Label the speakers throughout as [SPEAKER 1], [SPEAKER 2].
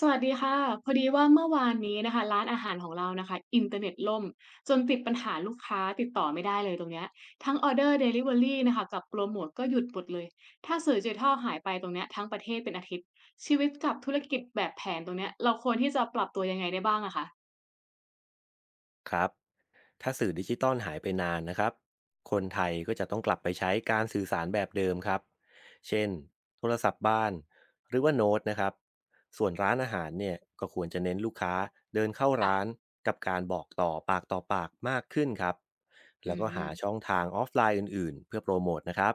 [SPEAKER 1] สวัสดีค่ะพอดีว่าเมื่อวานนี้นะคะร้านอาหารของเรานะคะอินเทอร์เน็ตล่มจนติดปัญหาลูกค้าติดต่อไม่ได้เลยตรงเนี้ยทั้งออเดอร์เดลิเวอรี่นะคะกับโปรโมทก็หยุดหมดเลยถ้าสื่อดิจิทัลหายไปตรงเนี้ยทั้งประเทศเป็นอาทิตย์ชีวิตกับธุรกิจแบบแผนตรงเนี้ยเราควรที่จะปรับตัวยังไงได้บ้างอะคะ
[SPEAKER 2] ครับถ้าสื่อดิจิตอลหายไปนานนะครับคนไทยก็จะต้องกลับไปใช้การสื่อสารแบบเดิมครับเช่นโทรศัพท์บ้าน หรือว่าโน้ตนะครับส่วนร้านอาหารเนี่ยก็ควรจะเน้นลูกค้าเดินเข้าร้าน
[SPEAKER 1] อ่ะ
[SPEAKER 2] กับการบอกต่อปากต่อปากมากขึ้นครับ
[SPEAKER 1] อื
[SPEAKER 2] แล้วก็หาช่อ
[SPEAKER 1] ม
[SPEAKER 2] งทางออฟไลน์อื่นๆเพื่อโปรโมทนะครับ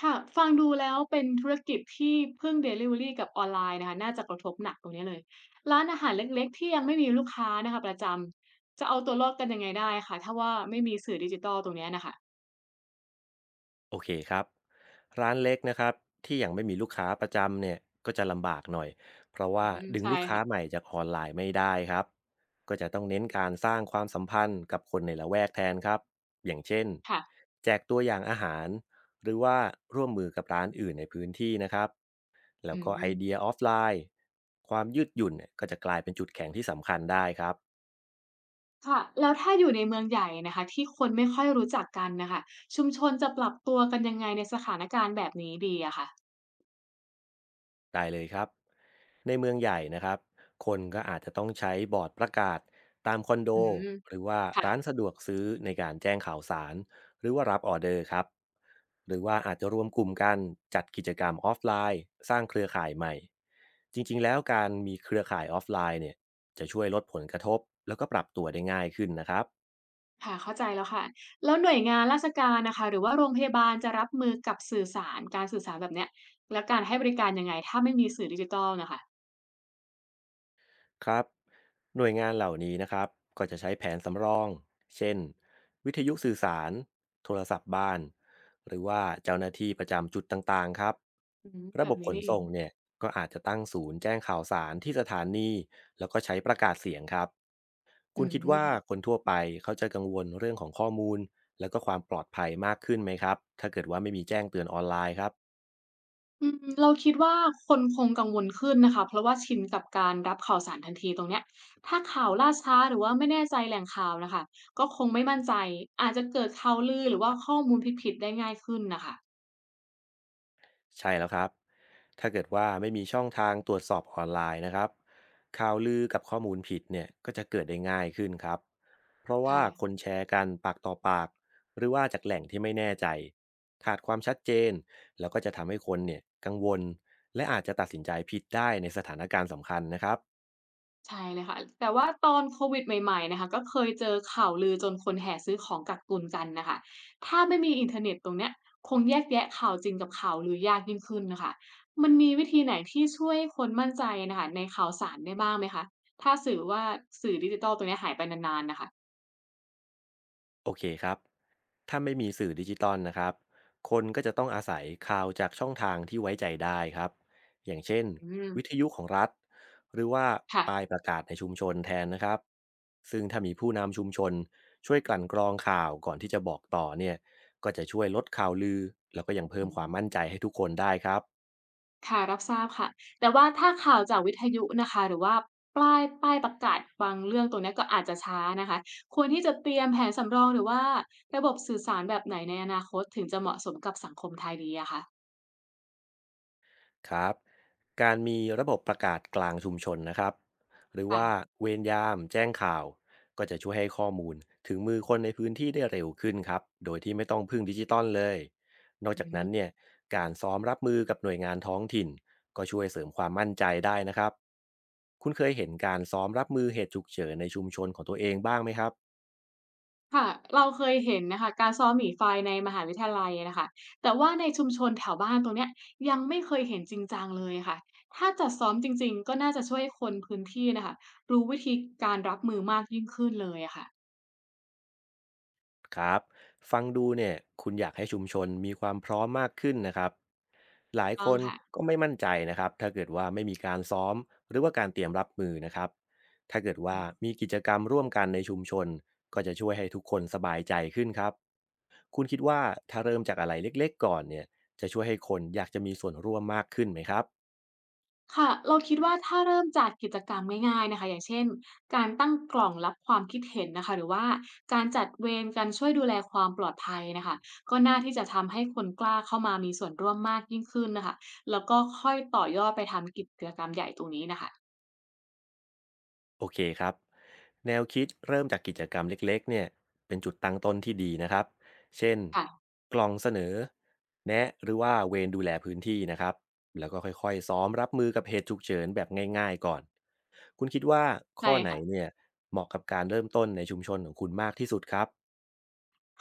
[SPEAKER 1] ค่ะฟังดูแล้วเป็นธุรกิจที่พึ่งด e ลิเวอรีกับออนไลน์นะคะน่าจะกระทบหนักตรงนี้เลยร้านอาหารเล็กๆที่ยังไม่มีลูกค้านะคะประจำจะเอาตัวรอดกันยังไงได้คะถ้าว่าไม่มีสื่อดิจิทัลตรงเนี้ยน่ะค่ะ
[SPEAKER 2] โอเคครับร้านเล็กนะครับที่ยังไม่มีลูกค้าประจำเนี่ยก็จะลำบากหน่อยเพราะว่า
[SPEAKER 1] อืม
[SPEAKER 2] ดึง
[SPEAKER 1] ใช่
[SPEAKER 2] ลูกค้า
[SPEAKER 1] ค่ะ
[SPEAKER 2] ใหม่จากออนไลน์ไม่ได้ครับก็จะต้องเน้นการสร้างความสัมพันธ์กับคนในละแวกแทนครับอย่างเช่น
[SPEAKER 1] ค่ะ
[SPEAKER 2] แจกตัวอย่างอาหารหรือว่าร่วมมือกับร้านอื่นในพื้นที่นะครับแล้
[SPEAKER 1] อื
[SPEAKER 2] วก็ไอเดีย
[SPEAKER 1] ม
[SPEAKER 2] ออฟไลน์ความยืดหยุ่นเนี่ยก็จะกลายเป็นจุดแข็งที่สำคัญได้ครับ
[SPEAKER 1] ค่ะแล้วถ้าอยู่ในเมืองใหญ่นะคะที่คนไม่ค่อยรู้จักกันน่ะค่ะชุมชนจะปรับตัวกันยังไงในสถานการณ์แบบนี้ดีอะคะ
[SPEAKER 2] ได้เลยครับ ในเมืองใหญ่นะครับ คนก็อาจจะต้องใช้บอร์ดประกาศตามคอนโด
[SPEAKER 1] อืม
[SPEAKER 2] หรือว่า
[SPEAKER 1] ค่ะ
[SPEAKER 2] ร้านสะดวกซื้อในการแจ้งข่าวสารหรือว่ารับออเดอร์ครับหรือว่าอาจจะรวมกลุ่มกันจัดกิจกรรมออฟไลน์สร้างเครือข่ายใหม่จริงๆแล้วการมีเครือข่ายออฟไลน์เนี่ยจะช่วยลดผลกระทบแล้วก็ปรับตัวได้ง่ายขึ้นนะครับ
[SPEAKER 1] ค่ะเข้าใจแล้วค่ะแล้วหน่วยงานราชการนะคะหรือว่าโรงพยาบาลจะรับมือกับสื่อสารการสื่อสารแบบเนี้ยและการให้บริการยังไงถ้าไม่มีสื่อดิจิทัลน่ะค่ะ
[SPEAKER 2] ครับหน่วยงานเหล่านี้นะครับก็จะใช้แผนสำรองเช่นวิทยุสื่อสารโทรศัพท์บ้านหรือว่าเจ้าหน้าที่ประจำจุดต่างๆครับ
[SPEAKER 1] อืม
[SPEAKER 2] ระ
[SPEAKER 1] แบ
[SPEAKER 2] บ
[SPEAKER 1] บ
[SPEAKER 2] บข
[SPEAKER 1] นี้
[SPEAKER 2] น
[SPEAKER 1] นี่เอ
[SPEAKER 2] ส่
[SPEAKER 1] ง
[SPEAKER 2] งเนี่ยก็อาจจะตั้งศูนย์แจ้งข่าวสารที่สถานีแล้วก็ใช้ประกาศเสียงครับ
[SPEAKER 1] อื
[SPEAKER 2] คุณคิดว่า
[SPEAKER 1] ม
[SPEAKER 2] คนทั่วไปเขาจะกังวลเรื่องของข้อมูลแล้วก็ความปลอดภัยมากขึ้นไหมครับถ้าเกิดว่าไม่มีแจ้งเตือนออนไลน์ครับ
[SPEAKER 1] อืมเราคิดว่าคนคงกังวลขึ้นนะคะเพราะว่าชินกับการรับข่าวสารทันทีตรงเนี้ยถ้าข่าวล่าช้าหรือว่าไม่แน่ใจแหล่งข่าวน่ะค่ะก็คงไม่มั่นใจอาจจะเกิดข่าวลือหรือว่าข้อมูลผิดๆได้ง่ายขึ้นน่ะค่ะ
[SPEAKER 2] ใช่แล้วครับ ถ้าเกิดว่าไม่มีช่องทางตรวจสอบออนไลน์นะครับข่าวลือกับข้อมูลผิดเนี่ยก็จะเกิดได้ง่ายขึ้นครับ เพราะว่าค
[SPEAKER 1] ใช่
[SPEAKER 2] นแชร์กันปากต่อปาก หรือว่าจากแหล่งที่ไม่แน่ใจขาดความชัดเจน แล้วก็จะทำให้คนเนี่ยกังวล และอาจจะตัดสินใจผิดได้ในสถานการณ์สำคัญนะครับ
[SPEAKER 1] ใช่เลยค่ะ แต่ว่าตอนโควิดใหม่ๆนะคะก็เคยเจอข่าวลือจนคนแห่ซื้อของกักตุนกันน่ะค่ะถ้าไม่มีอินเทอร์เน็ตตรงเนี้ยคงแยกแยะข่าวจริงกับข่าวลือยากยิ่งขึ้นน่ะค่ะมันมีวิธีไหนที่ช่วยคนมั่นใจน่ะค่ะในข่าวสารได้บ้างไหมคะถ้าสื่อว่าสื่อดิจิทัลตรงเนี้ยหายไปนานๆน่ะค่ะ
[SPEAKER 2] โอเคครับ ถ้าไม่มีสื่อดิจิตอลนะครับ คนก็จะต้องอาศัยข่าวจากช่องทางที่ไว้ใจได้ครับ อย่างเช่น
[SPEAKER 1] อื
[SPEAKER 2] วิท
[SPEAKER 1] ม
[SPEAKER 2] ยุของรัฐหรือว่า
[SPEAKER 1] ค่ะ
[SPEAKER 2] ป้ายประกาศในชุมชนแทนนะครับ ซึ่งถ้ามีผู้นำชุมชนช่วยกลั่นกรองข่าวก่อนที่จะบอกต่อเนี่ยก็จะช่วยลดข่าวลือแล้วก็ยังเพิ่
[SPEAKER 1] อื
[SPEAKER 2] มความมั่น
[SPEAKER 1] ม
[SPEAKER 2] ใจให้ทุกคนได้ครับ
[SPEAKER 1] ค่ะรับทราบค่ะแต่ว่าถ้าข่าวจากวิทยุนะคะหรือว่าป้ายประกาศบางเรื่องตรงเนี้ยก็อาจจะช้านะคะควรที่จะเตรียมแผนสำรองหรือว่าระบบสื่อสารแบบไหนในอนาคตถึงจะเหมาะสมกับสังคมไทยดีอะคะ
[SPEAKER 2] ครับการมีระบบประกาศกลางชุมชนนะครับหรือ
[SPEAKER 1] ค่ะ
[SPEAKER 2] ว่าเวรยามแจ้งข่าวก็จะช่วยให้ข้อมูลถึงมือคนในพื้นที่ได้เร็วขึ้นครับโดยที่ไม่ต้องพึ่งดิจิตอลเลยนอก
[SPEAKER 1] อื
[SPEAKER 2] จากนั้น
[SPEAKER 1] ม
[SPEAKER 2] เนี่ยการซ้อมรับมือกับหน่วยงานท้องถิ่นก็ช่วยเสริมความมั่นใจได้นะครับคุณเคยเห็นการซ้อมรับมือเหตุฉุกเฉินในชุมชนของตัวเองบ้างไหมครับ
[SPEAKER 1] ค่ะเราเคยเห็นนะคะการซ้อมหนีไฟในมหาวิทยาลัยนะคะแต่ว่าในชุมชนแถวบ้านตรงเนี้ยยังไม่เคยเห็นจริงจังเลยค่ะถ้าจัดซ้อมจริงๆก็น่าจะช่วยคนพื้นที่นะคะรู้วิธีการรับมือมากยิ่งขึ้นเลยอะค่ะ
[SPEAKER 2] ครับฟังดูเนี่ยคุณอยากให้ชุมชนมีความพร้อมมากขึ้นนะครับ หลายค
[SPEAKER 1] ต้อง
[SPEAKER 2] น
[SPEAKER 1] ค่ะ
[SPEAKER 2] ก็ไม่มั่นใจนะครับถ้าเกิดว่าไม่มีการซ้อมหรือว่าการเตรียมรับมือนะครับถ้าเกิดว่ามีกิจกรรมร่วมกันในชุมชนก็จะช่วยให้ทุกคนสบายใจขึ้นครับคุณคิดว่าถ้าเริ่มจากอะไรเล็กๆก่อนเนี่ยจะช่วยให้คนอยากจะมีส่วนร่วมมากขึ้นไหมครับ
[SPEAKER 1] ค่ะเราคิดว่าถ้าเริ่มจากกิจกรรมง่ายๆนะคะอย่างเช่นการตั้งกล่องรับความคิดเห็นนะคะหรือว่าการจัดเวรกันช่วยดูแลความปลอดภัยนะคะก็น่าที่จะทำให้คนกล้าเข้ามามีส่วนร่วมมากยิ่งขึ้นนะคะแล้วก็ค่อยต่อยอดไปทำกิจกรรมใหญ่ตรงนี้นะคะ
[SPEAKER 2] โอเคครับแนวคิดเริ่มจากกิจกรรมเล็กๆเนี่ยเป็นจุดตั้งต้นที่ดีนะครับเช่น
[SPEAKER 1] ค่ะ
[SPEAKER 2] กล่องเสนอแนะหรือว่าเวรดูแลพื้นที่นะครับแล้วก็ค่อยๆซ้อมรับมือกับเหตุฉุกเฉินแบบง่ายๆก่อนคุณคิดว่า
[SPEAKER 1] ใช่
[SPEAKER 2] ข้อไหน
[SPEAKER 1] ค่ะ
[SPEAKER 2] เนี่ยเหมาะกับการเริ่มต้นในชุมชนของคุณมากที่สุดครับ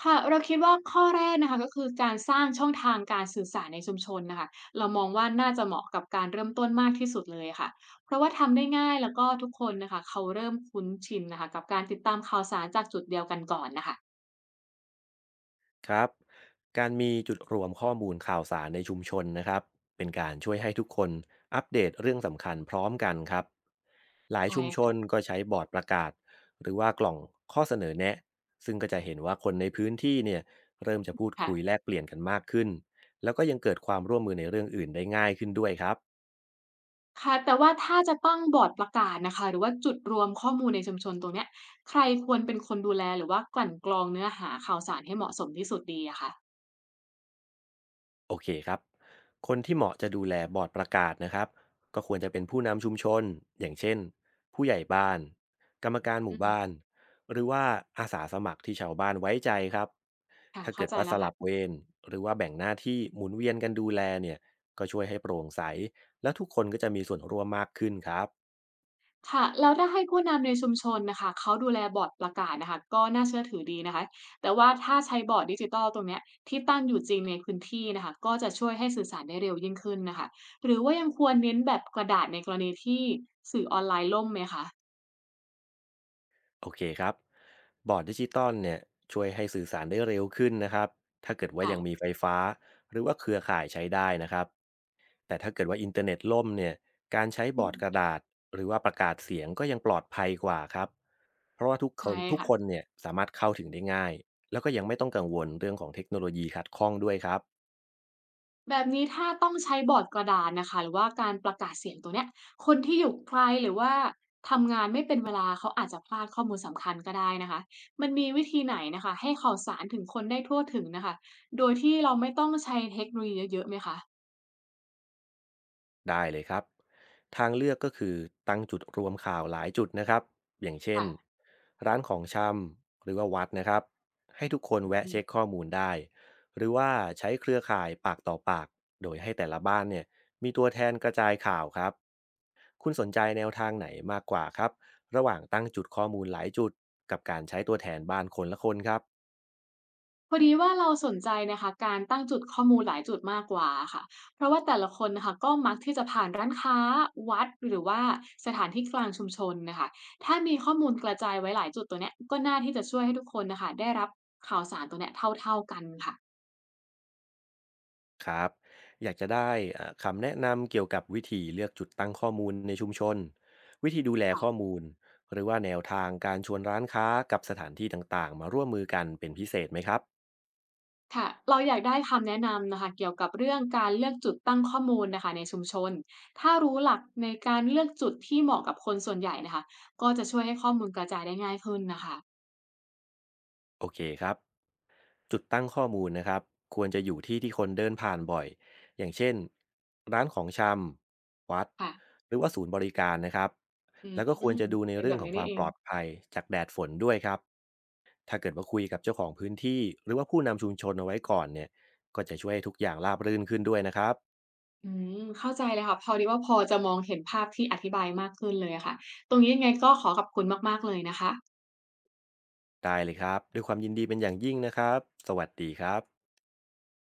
[SPEAKER 1] ค่ะเราคิดว่าข้อแรกนะคะก็คือการสร้างช่องทางการสื่อสารในชุมชนนะคะเรามองว่าน่าจะเหมาะกับการเริ่มต้นมากที่สุดเลยค่ะเพราะว่าทำได้ง่ายแล้วก็ทุกคนนะคะเขาเริ่มคุ้นชินนะคะกับการติดตามข่าวสารจากจุดเดียวกันก่อนนะคะ
[SPEAKER 2] ครับการมีจุดรวมข้อมูลข่าวสารในชุมชนนะครับเป็นการช่วยให้ทุกคนอัปเดตเรื่องสำคัญพร้อมกันครับ หลาย
[SPEAKER 1] ใช่
[SPEAKER 2] ชุมช
[SPEAKER 1] ค่ะ
[SPEAKER 2] นก็ใช้บอร์ดประกาศหรือว่ากล่องข้อเสนอแนะซึ่งก็จะเห็นว่าคนในพื้นที่เนี่ยเริ่มจะพูดคุย
[SPEAKER 1] ค่ะ
[SPEAKER 2] แลกเปลี่ยนกันมากขึ้นแล้วก็ยังเกิดความร่วมมือในเรื่องอื่นได้ง่ายขึ้นด้วยครับ
[SPEAKER 1] ค่ะแต่ว่าถ้าจะตั้งบอร์ดประกาศนะคะหรือว่าจุดรวมข้อมูลในชุมชนตรงเนี้ยใครควรเป็นคนดูแลหรือว่ากลั่นกรองเนื้อหาข่าวสารให้เหมาะสมที่สุดดีอะคะ
[SPEAKER 2] โอเคครับคนที่เหมาะจะดูแลบอร์ดประกาศนะครับก็ควรจะเป็นผู้นำชุมชนอย่างเช่นผู้ใหญ่บ้านกรรมการห
[SPEAKER 1] อื
[SPEAKER 2] มู่
[SPEAKER 1] ม
[SPEAKER 2] บ้านหรือว่าอาสาสมัครที่ชาวบ้านไว้ใจครับ
[SPEAKER 1] ค่ะ
[SPEAKER 2] ถ้าเกิ
[SPEAKER 1] เข้า
[SPEAKER 2] ด
[SPEAKER 1] ใจ
[SPEAKER 2] ว่าส
[SPEAKER 1] แล้ว
[SPEAKER 2] ลั
[SPEAKER 1] ค่ะ
[SPEAKER 2] บเวรหรือว่าแบ่งหน้าที่หมุนเวียนกันดูแลเนี่ยก็ช่วยให้โปร่งใสและทุกคนก็จะมีส่วนร่วมมากขึ้นครับ
[SPEAKER 1] ค่ะแล้วถ้าให้ผู้นำในชุมชนนะคะเขาดูแลบอร์ดประกาศนะคะก็น่าเชื่อถือดีนะคะแต่ว่าถ้าใช้บอร์ดดิจิตัลตรงเนี้ยที่ตั้งอยู่จริงในพื้นที่นะคะก็จะช่วยให้สื่อสารได้เร็วยิ่งขึ้นนะคะหรือว่ายังควรเน้นแบบกระดาษในกรณีที่สื่อออนไลน์ล่มไหมคะ
[SPEAKER 2] โอเคครับบอร์ดดิจิตอลเนี่ยช่วยให้สื่อสารได้เร็วขึ้นนะครับถ้าเกิดว่ายังมี
[SPEAKER 1] ค่ะ
[SPEAKER 2] ไฟฟ้าหรือว่าเครือข่ายใช้ได้นะครับ แต่ถ้าเกิดว่าอินเทอร์เน็ตล่มเนี่ยการใช้บ
[SPEAKER 1] อื
[SPEAKER 2] อร์ดกระ
[SPEAKER 1] ม
[SPEAKER 2] ดาษหรือว่าประกาศเสียงก็ยังปลอดภัยกว่าครับเพราะว่าทุกค
[SPEAKER 1] ใช่
[SPEAKER 2] นทุก
[SPEAKER 1] ค่ะ
[SPEAKER 2] คนเนี่ยสามารถเข้าถึงได้ง่ายแล้วก็ยังไม่ต้องกังวลเรื่องของเทคโนโลยีขัดข้องด้วยครับ
[SPEAKER 1] แบบนี้ถ้าต้องใช้บอร์ดกระดานนะคะหรือว่าการประกาศเสียงตัวเนี้ยคนที่อยู่ไกลหรือว่าทำงานไม่เป็นเวลาเขาอาจจะพลาดข้อมูลสำคัญก็ได้นะคะมันมีวิธีไหนนะคะให้ข่าวสารถึงคนได้ทั่วถึงนะคะโดยที่เราไม่ต้องใช้เทคโนโลยีเยอะๆไหมคะ
[SPEAKER 2] ได้เลยครับทางเลือกก็คือตั้งจุดรวมข่าวหลายจุดนะครับอย่างเช่น
[SPEAKER 1] ค่ะ
[SPEAKER 2] ร้านของชำหรือว่าวัดนะครับให้ทุกคนแวะ
[SPEAKER 1] อืม
[SPEAKER 2] เช็คข้อมูลได้หรือว่าใช้เครือข่ายปากต่อปากโดยให้แต่ละบ้านเนี่ยมีตัวแทนกระจายข่าวครับคุณสนใจแนวทางไหนมากกว่าครับระหว่างตั้งจุดข้อมูลหลายจุดกับการใช้ตัวแทนบ้านคนละคนครับ
[SPEAKER 1] พอดีว่าเราสนใจนะคะการตั้งจุดข้อมูลหลายจุดมากกว่าค่ะเพราะว่าแต่ละคนนะคะก็มักที่จะผ่านร้านค้าวัดหรือว่าสถานที่กลางชุมชนนะคะถ้ามีข้อมูลกระจายไว้หลายจุดตัวเนี้ยก็น่าที่จะช่วยให้ทุกคนนะคะได้รับข่าวสารตัวเนี้ยเท่าๆกันค่ะ
[SPEAKER 2] ครับอยากจะได้คำแนะนำเกี่ยวกับวิธีเลือกจุดตั้งข้อมูลในชุมชนวิธีดูแลข้อ
[SPEAKER 1] ค่ะ
[SPEAKER 2] มูลหรือว่าแนวทางการชวนร้านค้ากับสถานที่ต่างๆมาร่วมมือกันเป็นพิเศษไหมครับ
[SPEAKER 1] ค่ะเราอยากได้คำแนะนำนะคะเกี่ยวกับเรื่องการเลือกจุดตั้งข้อมูลนะคะในชุมชนถ้ารู้หลักในการเลือกจุดที่เหมาะกับคนส่วนใหญ่นะคะก็จะช่วยให้ข้อมูลกระจายได้ง่ายขึ้นนะคะ
[SPEAKER 2] โอเคครับจุดตั้งข้อมูลนะครับควรจะอยู่ที่ที่คนเดินผ่านบ่อยอย่างเช่นร้านของชำวัด
[SPEAKER 1] ค่ะ
[SPEAKER 2] หรือว่าศูนย์บริการนะครับ
[SPEAKER 1] อืม
[SPEAKER 2] แล้วก็ควรจะดูใน
[SPEAKER 1] เป็น
[SPEAKER 2] เรื่
[SPEAKER 1] แบ
[SPEAKER 2] อง
[SPEAKER 1] บ
[SPEAKER 2] ขอ
[SPEAKER 1] นี้
[SPEAKER 2] งค
[SPEAKER 1] นี่
[SPEAKER 2] วาม
[SPEAKER 1] เอ
[SPEAKER 2] ป
[SPEAKER 1] ง
[SPEAKER 2] ลอดภัยจากแดดฝนด้วยครับ ถ้าเกิดว่าคุยกับเจ้าของพื้นที่หรือว่าผู้นำชุมชนเอาไว้ก่อนเนี่ยก็จะช่วยให้ทุกอย่างราบรื่นขึ้นด้วยนะครับ
[SPEAKER 1] อืมเข้าใจเลยค่ะพอดีว่าพอจะมองเห็นภาพที่อธิบายมากขึ้นเลยอะค่ะตรงนี้ยังไงก็ขอขอบคุณมากๆเลยนะคะ
[SPEAKER 2] ได้เลยครับด้วยความยินดีเป็นอย่างยิ่งนะครับสวัสดีครับ